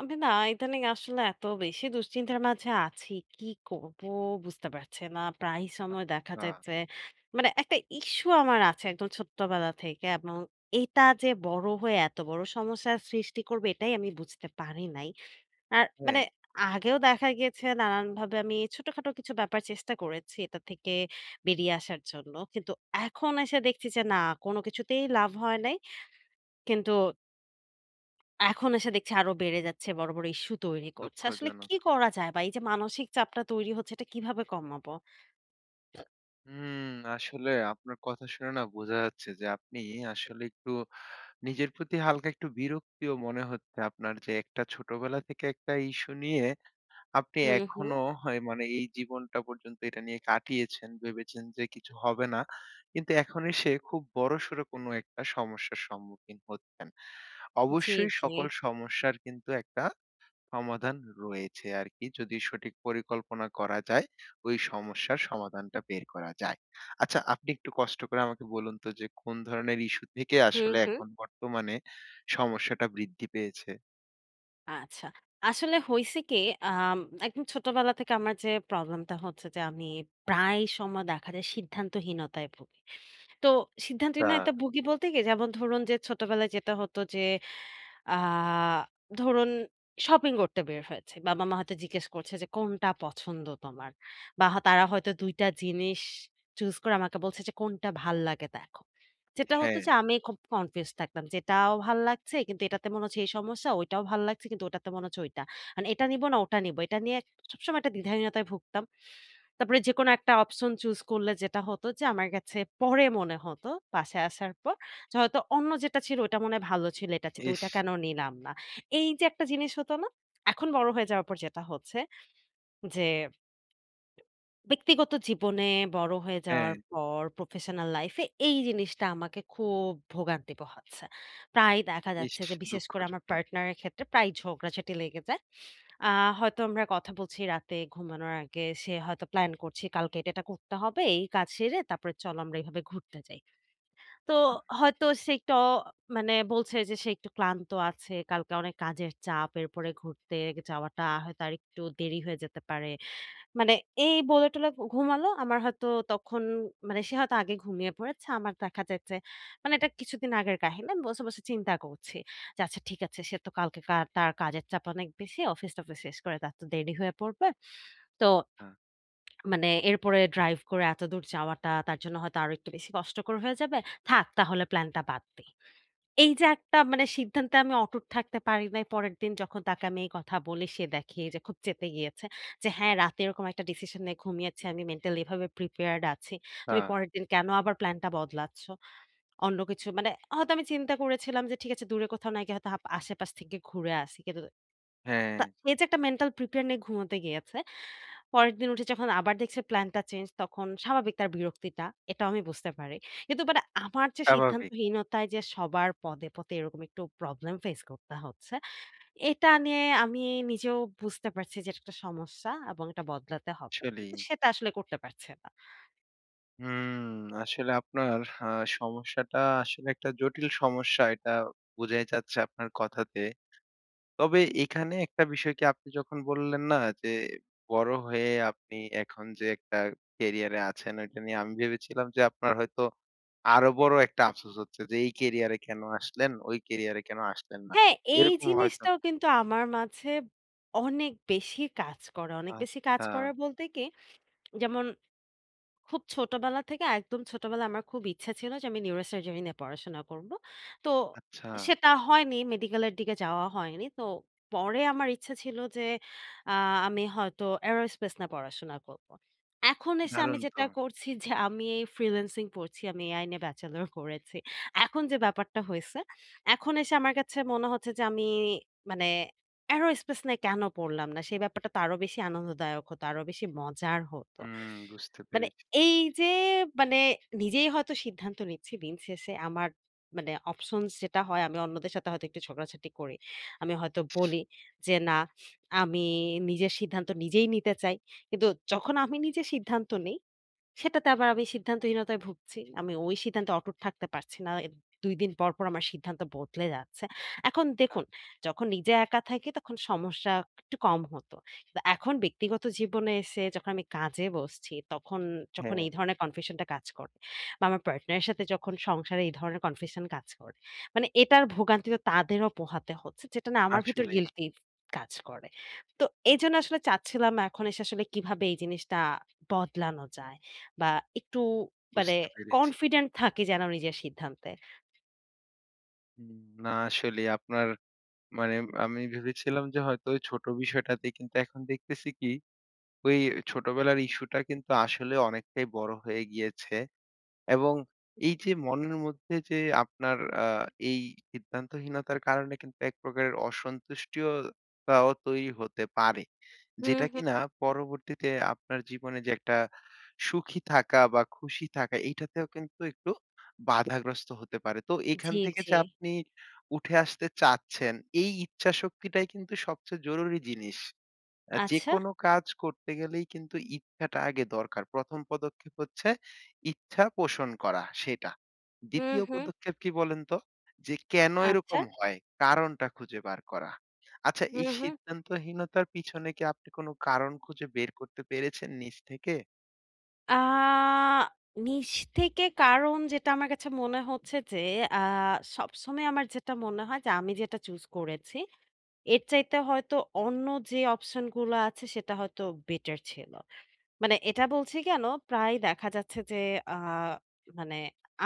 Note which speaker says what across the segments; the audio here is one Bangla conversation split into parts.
Speaker 1: আমি ইদানিং আসলে এত বেশি দুশ্চিন্তার মাঝে আছি, কি করব বুঝতে পারছি না। প্রায় সময় দেখা
Speaker 2: না,
Speaker 1: যায় যে একটা ইস্যু আমার আছে একদম ছোট্টবেলা থেকে, এবং এটা যে বড় হয়ে এত বড় সমস্যার সৃষ্টি করবে এটাই আমি বুঝতে পারি নাই। আর
Speaker 2: হ্যাঁ,
Speaker 1: মানে আগেও দেখা গিয়েছে নানান ভাবে আমি ছোটখাটো কিছু ব্যাপার চেষ্টা করেছি এটা থেকে বেরিয়ে আসার জন্য, কিন্তু এখন এসে দেখছি যে না, কোনো কিছুতেই লাভ হয় নাই। কিন্তু এখন এসে দেখছি আরো বেড়ে যাচ্ছে। বড়, বড় ইস্যু তৈরি করছে। আসলে
Speaker 2: দুঃখজনক।
Speaker 1: কি করা যায় বা এই যে মানসিক চাপটা তৈরি হচ্ছে এটা কিভাবে কমাবো?
Speaker 2: হুম, আসলে আপনার কথা শুনে না বোঝা যাচ্ছে যে আপনি আসলে একটু নিজের প্রতি হালকা একটু বিরক্তিও মনে হচ্ছে আপনার যে একটা ছোটবেলা থেকে একটা ইস্যু নিয়ে আপনি
Speaker 1: হুম, হুম।
Speaker 2: এখনো হয় মানে এই জীবনটা পর্যন্ত এটা নিয়ে কাটিয়েছেন। ভেবেছেন যে কিছু হবে না। কিন্তু এখন এসে খুব বড়সড় কোনো একটা সমস্যার সম্মুখীন হচ্ছেন।
Speaker 1: জি,
Speaker 2: অবশ্যই
Speaker 1: জি।
Speaker 2: সকল সমস্যার কিন্তু একটা সমাধান রয়েছে আরকি। যদি সঠিক পরিকল্পনা করা যায়, ওই সমস্যার সমাধানটা বের করা যায়। আচ্ছা আপনি একটু কষ্ট করে আমাকে বলুন তো যে কোন ধরনের ইস্যু থেকে
Speaker 1: হুম,
Speaker 2: আসলে
Speaker 1: হুম।
Speaker 2: এখন বর্তমানে সমস্যাটা বৃদ্ধি পেয়েছে?
Speaker 1: আচ্ছা। আসলে হইছে কি, আম একদম ছোটবেলা থেকে আমার যে প্রবলেমটা হচ্ছে যে আমি প্রায় সময় দেখা যায় সিদ্ধান্তহীনতায় ভুগি। তো
Speaker 2: তা
Speaker 1: সিদ্ধান্তহীনতায় ভুগি বলতে কি, যেমন ধরুন যে ছোটবেলায় যেটা হতো যে আ ধরুন শপিং করতে বের হয়েছি। বাবা-মা হয়তো জিজ্ঞেস করছে যে, "কোনটা পছন্দ তোমার?" বা তারা হয়তো ২ টা জিনিস চুজ করে আমাকে বলছে যে, "কোনটা ভাল্লাগে দেখো।" যেটা হতো
Speaker 2: হ্যাঁ,
Speaker 1: যে আমি খুব কনফিউজ থাকতাম যে, "এটাও ভাল লাগছে কিন্তু এটাতে মনে হচ্ছে এই সমস্যা, ওইটাও ভাল লাগছে কিন্তু ওটাতে মনে হচ্ছে ওইটা। মানে এটা নিবো না ওটা নিবো।" এটা নিয়ে সবসময় একটা দ্বিধাহীনতায় ভুগতাম। তারপরে যেকোনো একটা অপশন চুজ করলে যেটা হতো যে আমার কাছে পরে মনে হতো, বাসায় আসার পর হয়তো অন্য যেটা ছিল ওটা মনে হয় ভালো ছিল, এটা চেয়ে তো
Speaker 2: ইস!
Speaker 1: ওইটা কেন নিলাম না? এই যে একটা জিনিস হতো না? এখন বড় হয়ে যাওয়ার পর যেটা হচ্ছে যে, ব্যক্তিগত জীবনে বড় হয়ে
Speaker 2: হ্যাঁ,
Speaker 1: যাওয়ার পর প্রফেশনাল লাইফ এ এই জিনিসটা আমাকে খুব ভোগান্তি পোহাচ্ছে। প্রায় দেখা
Speaker 2: ইস!
Speaker 1: যাচ্ছে যে বিশেষ করে আমার
Speaker 2: দুঃখজনক।
Speaker 1: পার্টনার এর ক্ষেত্রে প্রায় ঝগড়াঝাটি লেগে যায়। আ হয়তো আমরা কথা বলছি রাতে ঘুমানোর আগে, সে হয়তো প্ল্যান করছি কালকে এটা, এটা করতে হবে। এই কাজ সেরে তারপরে চলো আমরা এভাবে ঘুরতে যাই। তো হয়তো সে একটু অ মানে বলছে যে সে একটু ক্লান্ত আছে। কালকে অনেক কাজের চাপ। এরপরে ঘুরতে যাওয়াটা হয়তো আরেকটু দেরি হয়ে যেতে পারে। মানে এই বলে টলে ঘুমালো। আমার হয়তো তখন সে হয়তো আগে ঘুমিয়ে পড়েছে। আমার দেখা যাচ্ছে এটা কিছুদিন আগের কাহিনী। আমি বসে, বসে চিন্তা করছি যে আচ্ছা ঠিক আছে সে তো কালকে তার কাজের চাপ অনেক বেশি। অফিস-টফিস শেষ করে তার তো দেরি হয়ে পড়বে। তো
Speaker 2: হ্যাঁ,
Speaker 1: এরপরে ড্রাইভ করে এতদূর যাওয়াটা তার জন্য হয়তো আরো একটু বেশি কষ্টকর হয়ে যাবে। থাক তাহলে প্ল্যানটা বাদ দেই। এই যে একটা মানে সিদ্ধান্তে আমি অটুট থাকতে পারি নাই। পরের দিন যখন তাকে আমি এই কথা বলি সে দেখে যে খুব চেতে গিয়েছে। যে হ্যাঁ, রাতে এরকম একটা ডিসিশন নিয়ে ঘুমিয়েছি। আমি মেন্টালি এভাবে প্রিপেয়ার্ড আছি। তুমি
Speaker 2: হ্যাঁ,
Speaker 1: পরের দিন কেন আবার প্ল্যানটা বদলাচ্ছ? অন্য কিছু মানে হয়তো আমি চিন্তা করেছিলাম যে ঠিক আছে দূরে কোথাও না গিয়ে হয়তো আশেপাশ থেকে ঘুরে আসি। কিন্তু
Speaker 2: হ্যাঁ,
Speaker 1: তা এই যে একটা মেন্টাল প্রিপেয়ার নিয়ে ঘুমোতে গিয়েছে। পরের দিন উঠে যখন আবার দেখছে প্ল্যানটা চেঞ্জ, তখন স্বাভাবিক তার বিরক্তিটা। এটাও আমি বুঝতে পারি। কিন্তু আমার যে
Speaker 2: স্বাভাবিক
Speaker 1: সিদ্ধান্তহীনতায় যে সবার পদে, পদে এরকম একটু প্রবলেম ফেস করতে হচ্ছে, এটা নিয়ে আমি নিজেও বুঝতে পারছি যে এটা একটা সমস্যা এবং এটা বদলাতে হবে।
Speaker 2: আসলেই।
Speaker 1: কিন্তু সেটা আসলে করতে পারছে না।
Speaker 2: হুম, আসলে আপনার আ সমস্যাটা আসলে একটা জটিল সমস্যা এটা বোঝাই যাচ্ছে আপনার কথাতে। তবে এখানে একটা বিষয় কি আপনি যখন বললেন না যে বড় হয়ে আপনি এখন যে একটা ক্যারিয়ারে আছেন ওইটা নিয়ে আমি ভেবেছিলাম যে আপনার হয়তো আরো বড় একটা আফসোস হচ্ছে যে এই ক্যারিয়ারে কেন আসলেন, ওই ক্যারিয়ারে কেন আসলেন না।
Speaker 1: হ্যাঁ, এই
Speaker 2: এরকম হয়তো
Speaker 1: জিনিসটাও কিন্তু আমার মাঝে অনেক বেশি কাজ করে। অনেক বেশি কাজ
Speaker 2: আচ্ছা,
Speaker 1: করে বলতে কি, যেমন খুব ছোটবেলা থেকে একদম ছোটবেলায় আমার খুব ইচ্ছা ছিল যে আমি নিউরোসার্জারি নিয়ে পড়াশোনা করব। তো
Speaker 2: আচ্ছা
Speaker 1: সেটা হয়নি, মেডিকেলের দিকে যাওয়া হয়নি। তো পরে আমার ইচ্ছা ছিল যে আ আমি হয়তো এরোস্পেস নিয়ে পড়াশোনা করব। এখন এসে আমি
Speaker 2: দারুণ তো।
Speaker 1: যেটা করছি যে আমি এই ফ্রিল্যান্সিং পড়ছি। আমি এআই নিয়ে ব্যাচেলর করেছি। এখন যে ব্যাপারটা হইছে, এখন এসে আমার কাছে মনে হচ্ছে যে আমি মানে এরোস্পেস নিয়ে কেন পড়লাম না? সেই ব্যাপারটা তো আরো বেশি আনন্দদায়ক হতো, আরো বেশি মজার হতো।
Speaker 2: হুম, বুঝতে
Speaker 1: মানে
Speaker 2: পেরেছি।
Speaker 1: এই যে মানে নিজেই হয়তো সিদ্ধান্ত নিচ্ছি দিন শেষে আমার অপশনস যেটা হয় আমি অন্যদের সাথে হয়তো একটু ঝগড়াঝাটি করি। আমি হয়তো বলি যে, "না, আমি নিজের সিদ্ধান্ত নিজেই নিতে চাই।" কিন্তু যখন আমি নিজে সিদ্ধান্ত নেই সেটাতে আবার আমি সিদ্ধান্তহীনতায় ভুগছি। আমি ওই সিদ্ধান্তে অটুট থাকতে পারছি না। ২ দিন পর, পর আমার সিদ্ধান্ত বদলে যাচ্ছে। এখন
Speaker 2: আ
Speaker 1: দেখুন, যখন নিজে একা থাকি তখন সমস্যা একটু কম হতো। কিন্তু এখন ব্যক্তিগত জীবনে এসে যখন আমি কাজে বসছি, তখন যখন
Speaker 2: হ্যাঁ,
Speaker 1: এই ধরনের কনফিউশনটা কাজ করে বা আমার পার্টনারের সাথে যখন সংসারে এই ধরনের কনফিউশন কাজ করে, মানে এটার ভোগান্তি তো তাদেরও পোহাতে হচ্ছে, যেটা না আমার ভিতর
Speaker 2: আসলেই
Speaker 1: গিল্টি কাজ করে। তো এজন্য আসলে চাচ্ছিলাম এখন এসে আসলে কিভাবে এই জিনিসটা বদলানো যায়? বা একটু মানে
Speaker 2: বুঝতে পেরেছি।
Speaker 1: কনফিডেন্ট থাকি যেন নিজের সিদ্ধান্তে।
Speaker 2: হুম, না আসলেই আপনার মানে আমি ভেবেছিলাম যে হয়তো ওই ছোট বিষয়টাতে কিন্তু এখন দেখতেছি কি ওই ছোটবেলার ইস্যুটা কিন্তু আসলে অনেকটাই বড় হয়ে গিয়েছে এবং এই যে মনের মধ্যে যে আপনার আ এই সিদ্ধান্তহীনতার কারণে কিন্তু এক প্রকারের অসন্তুষ্টিয়তাও তৈরি হতে পারে।
Speaker 1: হুম,
Speaker 2: যেটা
Speaker 1: হুম।
Speaker 2: কিনা পরবর্তীতে আপনার জীবনে যে একটা সুখী থাকা বা খুশি থাকা এইটাতেও কিন্তু একটু বাধাগ্রস্ত হতে পারে। তো এখান
Speaker 1: জি,
Speaker 2: থেকে
Speaker 1: জি।
Speaker 2: যে আপনি উঠে আসতে চাচ্ছেন, এই ইচ্ছা শক্তিটাই কিন্তু সবচেয়ে জরুরি জিনিস।
Speaker 1: আচ্ছা।
Speaker 2: যেকোনো কাজ করতে গেলেই কিন্তু ইচ্ছাটা আগে দরকার। ১ম পদক্ষেপ হচ্ছে ইচ্ছা পোষণ করা সেটা।
Speaker 1: হুম,
Speaker 2: ২য়
Speaker 1: হুম।
Speaker 2: পদক্ষেপ কি বলেন তো? যে কেন
Speaker 1: আচ্ছা।
Speaker 2: এরকম হয়? কারণটা খুঁজে বার করা। আচ্ছা এই
Speaker 1: হুম, হুম।
Speaker 2: সিদ্ধান্তহীনতার পিছনে কি আপনি কোনো কারণ খুঁজে বের করতে পেরেছেন নিজ থেকে?
Speaker 1: আ নিজ থেকে কারণ যেটা আমার কাছে মনে হচ্ছে যে, আ সবসময় আমার যেটা মনে হয় যে আমি যেটা চুজ করেছি, এর চাইতে হয়তো অন্য যে অপশন গুলো আছে সেটা হয়তো বেটার ছিল। মানে এটা বলছি কেন, প্রায় দেখা যাচ্ছে যে আ মানে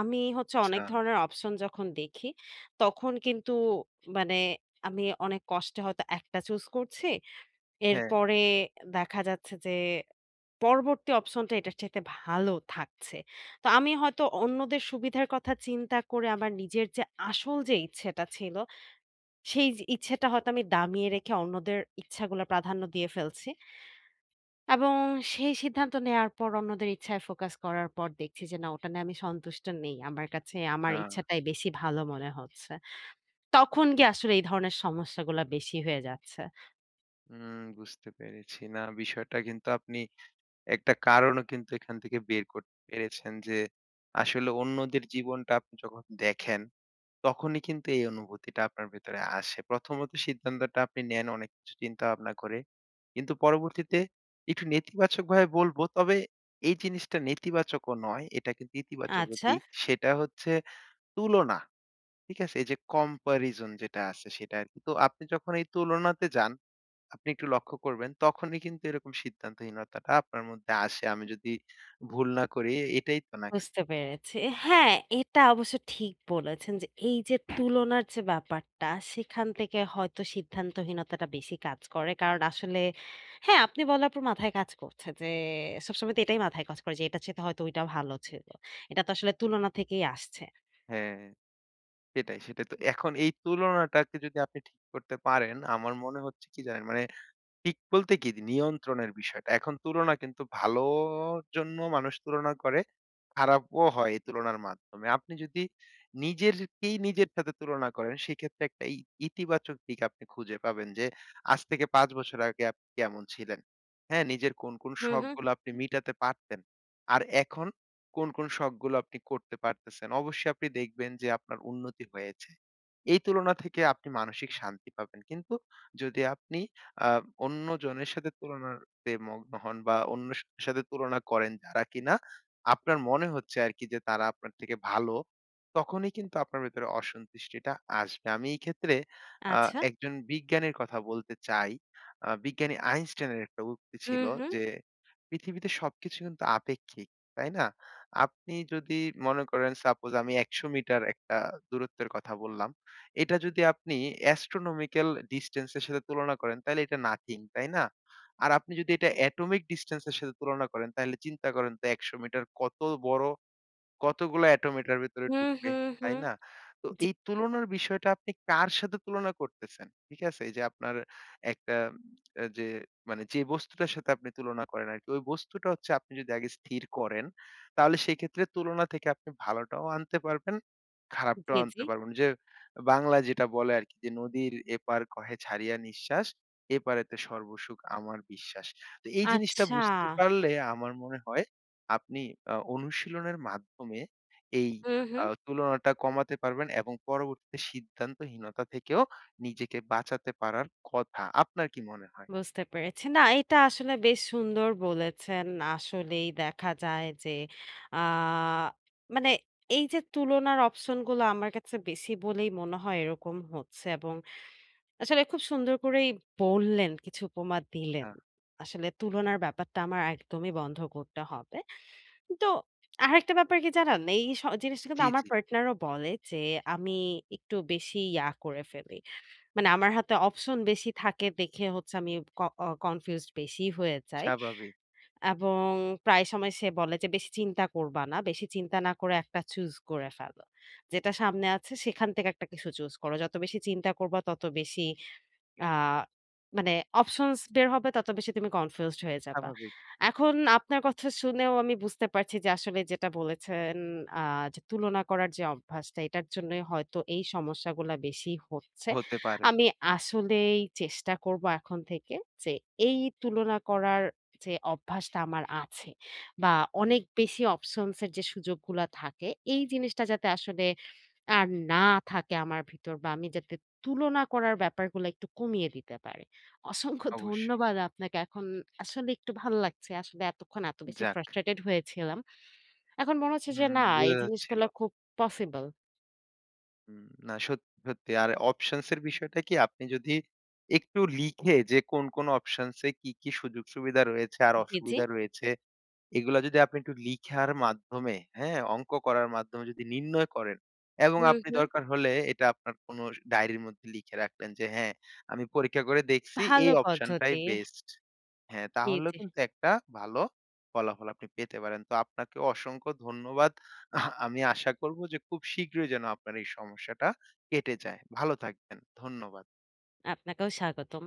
Speaker 1: আমি হচ্ছে
Speaker 2: আচ্ছা,
Speaker 1: অনেক ধরনের অপশন যখন দেখি, তখন কিন্তু মানে আমি অনেক কষ্টে হয়তো একটা চুজ করছি।
Speaker 2: হ্যাঁ,
Speaker 1: এরপরে দেখা যাচ্ছে যে পরবর্তী অপশনটা এটার চাইতে ভালো থাকছে। তো আমি হয়তো অন্যদের সুবিধার কথা চিন্তা করে আমার নিজের যে আসল যে ইচ্ছেটা ছিল, সেই যে ইচ্ছেটা হয়তো আমি দামিয়ে রেখে অন্যদের ইচ্ছাগুলো প্রাধান্য দিয়ে ফেলছি। এবং সেই সিদ্ধান্ত নেয়ার পর অন্যদের ইচ্ছায় ফোকাস করার পর দেখছি যে না, ওটা নিয়ে আমি সন্তুষ্ট নেই। আমার কাছে আমার
Speaker 2: আ
Speaker 1: ইচ্ছাটাই বেশি ভালো মনে হচ্ছে। তখন গিয়ে আসলে এই ধরনের সমস্যাগুলা বেশি হয়ে যাচ্ছে।
Speaker 2: হুম বুঝতে পেরেছি। না বিষয়টা কিন্তু আপনি একটা কারণও কিন্তু এখান থেকে বের করতে পেরেছেন যে আসলে অন্যদের জীবনটা আপনি যখন দেখেন তখনই কিন্তু এই অনুভূতিটা আপনার ভেতরে আসে। প্রথমত সিদ্ধান্তটা আপনি নেন অনেক কিছু চিন্তা-ভাবনা করে। কিন্তু পরবর্তীতে একটু নেতিবাচকভাবে বলবো, তবে এই জিনিসটা নেতিবাচকও নয়, এটা কিন্তু ইতিবাচকও
Speaker 1: আচ্ছা,
Speaker 2: দিক। সেটা হচ্ছে তুলনা। ঠিক আছে? এই যে comparison যেটা আছে সেটা আরকি। তো আপনি যখন এই তুলনাতে যান, আপনি একটু লক্ষ্য করবেন তখনই কিন্তু এরকম সিদ্ধান্তহীনতাটা আপনার মধ্যে আসে। আমি যদি ভুল না করি, এটাই তো নাকি?
Speaker 1: বুঝতে পেরেছি। হ্যাঁ, এটা অবশ্য ঠিক বলেছেন যে এই যে তুলনার যে ব্যাপারটা সেখান থেকে হয়তো সিদ্ধান্তহীনতাটা বেশি কাজ করে। কারণ আসলে হ্যাঁ, আপনি বলার পর মাথায় কাজ করছে যে সবসময় তো এটাই মাথায় কাজ করে যে এটার চাইতে হয়তো ওইটা ভালো ছিল। এটা তো আসলে তুলনা থেকেই আসছে।
Speaker 2: হ্যাঁ। সেটাই, সেটাই। তো এখন এই তুলনাটাকে যদি আপনি ঠিক করতে পারেন, আমার মনে হচ্ছে কি জানেন? মানে, ঠিক বলতে কি? নিয়ন্ত্রণের বিষয়টা। এখন তুলনা কিন্তু ভালোর জন্য মানুষ তুলনা করে, খারাপও হয় এই তুলনার মাধ্যমে। আপনি যদি নিজেরকেই নিজের সাথে তুলনা করেন, সেক্ষেত্রে একটা ইতিবাচক দিক আপনি খুঁজে পাবেন যে, আজ থেকে ৫ বছর আগে আপনি কেমন ছিলেন? হ্যাঁ? নিজের কোন, কোন
Speaker 1: হুম, হুম।
Speaker 2: শখগুলো আপনি মিটাতে পারতেন? আর এখন কোন, কোন শখগুলো আপনি করতে পারতেছেন? অবশ্যই আপনি দেখবেন যে আপনার উন্নতি হয়েছে। এই তুলনা থেকে আপনি মানসিক শান্তি পাবেন। কিন্তু যদি আপনি আ অন্যজনের সাথে তুলনাতে মগ্ন হন বা অন্যের সাথে তুলনা করেন যারা কিনা আপনার মনে হচ্ছে আরকি যে তারা আপনার থেকে ভালো, তখনই কিন্তু আপনার ভেতরে অসন্তুষ্টিটা আসবে। আমি এই ক্ষেত্রে আ
Speaker 1: আচ্ছা।
Speaker 2: একজন বিজ্ঞানীর কথা বলতে চাই। বিজ্ঞানী আইনস্টাইনের একটা উক্তি ছিল
Speaker 1: হুম, হুম।
Speaker 2: যে, "পৃথিবীতে সবকিছু কিন্তু আপেক্ষিক।" তাই না? আপনি যদি মনে করেন সাপোজ আমি ১০০ মিটার একটা দূরত্বের কথা বললাম। এটা যদি আপনি অ্যাস্ট্রোনমিক্যাল ডিসট্যান্স এর সাথে তুলনা করেন, তাইলে এটা নাথিং, তাই না? আর আপনি যদি এটা অ্যাটমিক ডিসট্যান্স এর সাথে তুলনা করেন, তাহলে চিন্তা করেন তো ১০০ মিটার কত বড় কতগুলো এটম এটার ভেতরে
Speaker 1: হুম,
Speaker 2: ঢুকবে,
Speaker 1: হুম,
Speaker 2: তাই
Speaker 1: হুম।
Speaker 2: না? তো এই তুলনার বিষয়টা আপনি কার সাথে তুলনা করতেছেন? ঠিক আছে? এই যে আপনার একটা যে মানে যে বস্তুটার সাথে আপনি তুলনা করেন আরকি, ওই বস্তুটা হচ্ছে আপনি যদি আগে স্থির করেন, তাহলে সেক্ষেত্রে তুলনা থেকে আপনি ভালোটাও আনতে পারবেন, খারাপটাও
Speaker 1: জি, জি।
Speaker 2: আনতে পারবেন। যে বাংলায় যেটা বলে আরকি যে, "নদীর এপার কহে ছাড়িয়া নিঃশ্বাস, এপারেতে সর্বসুখ আমার বিশ্বাস।" তো এই জিনিসটা
Speaker 1: আচ্ছা।
Speaker 2: বুঝতে পারলে আমার মনে হয় আপনি অনুশীলনের মাধ্যমে এই
Speaker 1: হুম, হুম।
Speaker 2: তুলনাটা কমাতে পারবেন এবং পরবর্তীতে সিদ্ধান্তহীনতা থেকেও নিজেকে বাঁচাতে পারার কথা। আপনার কি মনে হয়?
Speaker 1: বুঝতে পেরেছি। না এটা আসলে বেশ সুন্দর বলেছেন। আসলেই দেখা যায় যে আ মানে এই যে তুলনার অপশন গুলো আমার কাছে বেশি বলেই মনে হয় এরকম হচ্ছে এবং আসলে খুব সুন্দর করেই বললেন, কিছু উপমা দিলেন।
Speaker 2: হ্যাঁ,
Speaker 1: আসলে তুলনার ব্যাপারটা আমার একদমই বন্ধ করতে হবে। তো আরেকটা ব্যাপার কি জানেন? এই জিনিসটা কিন্তু
Speaker 2: জি,
Speaker 1: আমার
Speaker 2: জি।
Speaker 1: পার্টনারও বলে যে আমি একটু বেশি ইয়া করে ফেলি। মানে আমার হাতে অপশন বেশি থাকে দেখে হচ্ছে আমি ক অ কনফিউজড বেশি হয়ে যাই।
Speaker 2: স্বাভাবিক,
Speaker 1: এবং প্রায় সময় সে বলে যে, "বেশি চিন্তা করবা না। বেশি চিন্তা না করে একটা চুজ করে ফেলো। যেটা সামনে আছে সেখান থেকে একটা কিছু চুজ করো। যত বেশি চিন্তা করবা তত বেশি আ মানে অপশনস বের হবে, তত বেশি তুমি কনফিউজড হয়ে যাবা।"
Speaker 2: স্বাভাবিক
Speaker 1: এখন আপনার কথা শুনেও আমি বুঝতে পারছি যে আসলে যেটা বলেছেন আ যে তুলনা করার যে অভ্যাসটা এটার জন্যই হয়তো এই সমস্যাগুলা বেশি হচ্ছে।
Speaker 2: হতে পারে।
Speaker 1: আমি
Speaker 2: হুম,
Speaker 1: আসলেই চেষ্টা করব এখন থেকে যে এই তুলনা করার যে অভ্যাসটা আমার আছে, বা
Speaker 2: হ্যাঁ,
Speaker 1: অনেক বেশি অপশনস এর যে সুযোগগুলা থাকে, এই জিনিসটা যাতে আসলে আর না থাকে আমার ভিতর, বা আমি যাতে তুলনা করার ব্যাপারগুলো একটু কমিয়ে দিতে পারি। অসংখ্য
Speaker 2: অবশ্যই।
Speaker 1: ধন্যবাদ আপনাকে। এখন আসলে একটু ভালো লাগছে। আসলে এতক্ষণ এত বেশি
Speaker 2: যাক,
Speaker 1: ফ্রাস্ট্রেটেড হয়েছিলাম। এখন মনে হচ্ছে যে
Speaker 2: হুম,
Speaker 1: না, এই
Speaker 2: বোঝা যাচ্ছিল।
Speaker 1: জিনিসগুলো খুব পসিবল।
Speaker 2: হুম, না সত্যি, সত্যি। আর অপশনস এর বিষয়টা কি আপনি যদি একটু লিখে যে কোন, কোন অপশনস এ কি, কি সুযোগ সুবিধা রয়েছে আর
Speaker 1: জি, জি।
Speaker 2: অসুবিধা রয়েছে এগুলা যদি আপনি একটু লিখার মাধ্যমে, হ্যাঁ? অঙ্ক করার মাধ্যমে যদি নির্ণয় করেন এবং
Speaker 1: হুম,
Speaker 2: আপনি
Speaker 1: হুম।
Speaker 2: দরকার হলে এটা আপনার কোনো ডায়েরির মধ্যে লিখে রাখলেন যে, "হ্যাঁ, আমি পরীক্ষা করে দেখছি এই
Speaker 1: ভালো
Speaker 2: অপশনটাই
Speaker 1: পদ্ধতি।
Speaker 2: বেস্ট।" হ্যাঁ,
Speaker 1: জি,
Speaker 2: তাহলেও
Speaker 1: জি।
Speaker 2: কিন্তু একটা ভালো ফলাফল আপনি পেতে পারেন। তো আপনাকে অসংখ্য ধন্যবাদ। আহ আমি আশা করব যে খুব শীঘ্রই যেন আপনার এই সমস্যাটা কেটে যায়। ভালো থাকবেন। ধন্যবাদ।
Speaker 1: আপনাকেও স্বাগতম।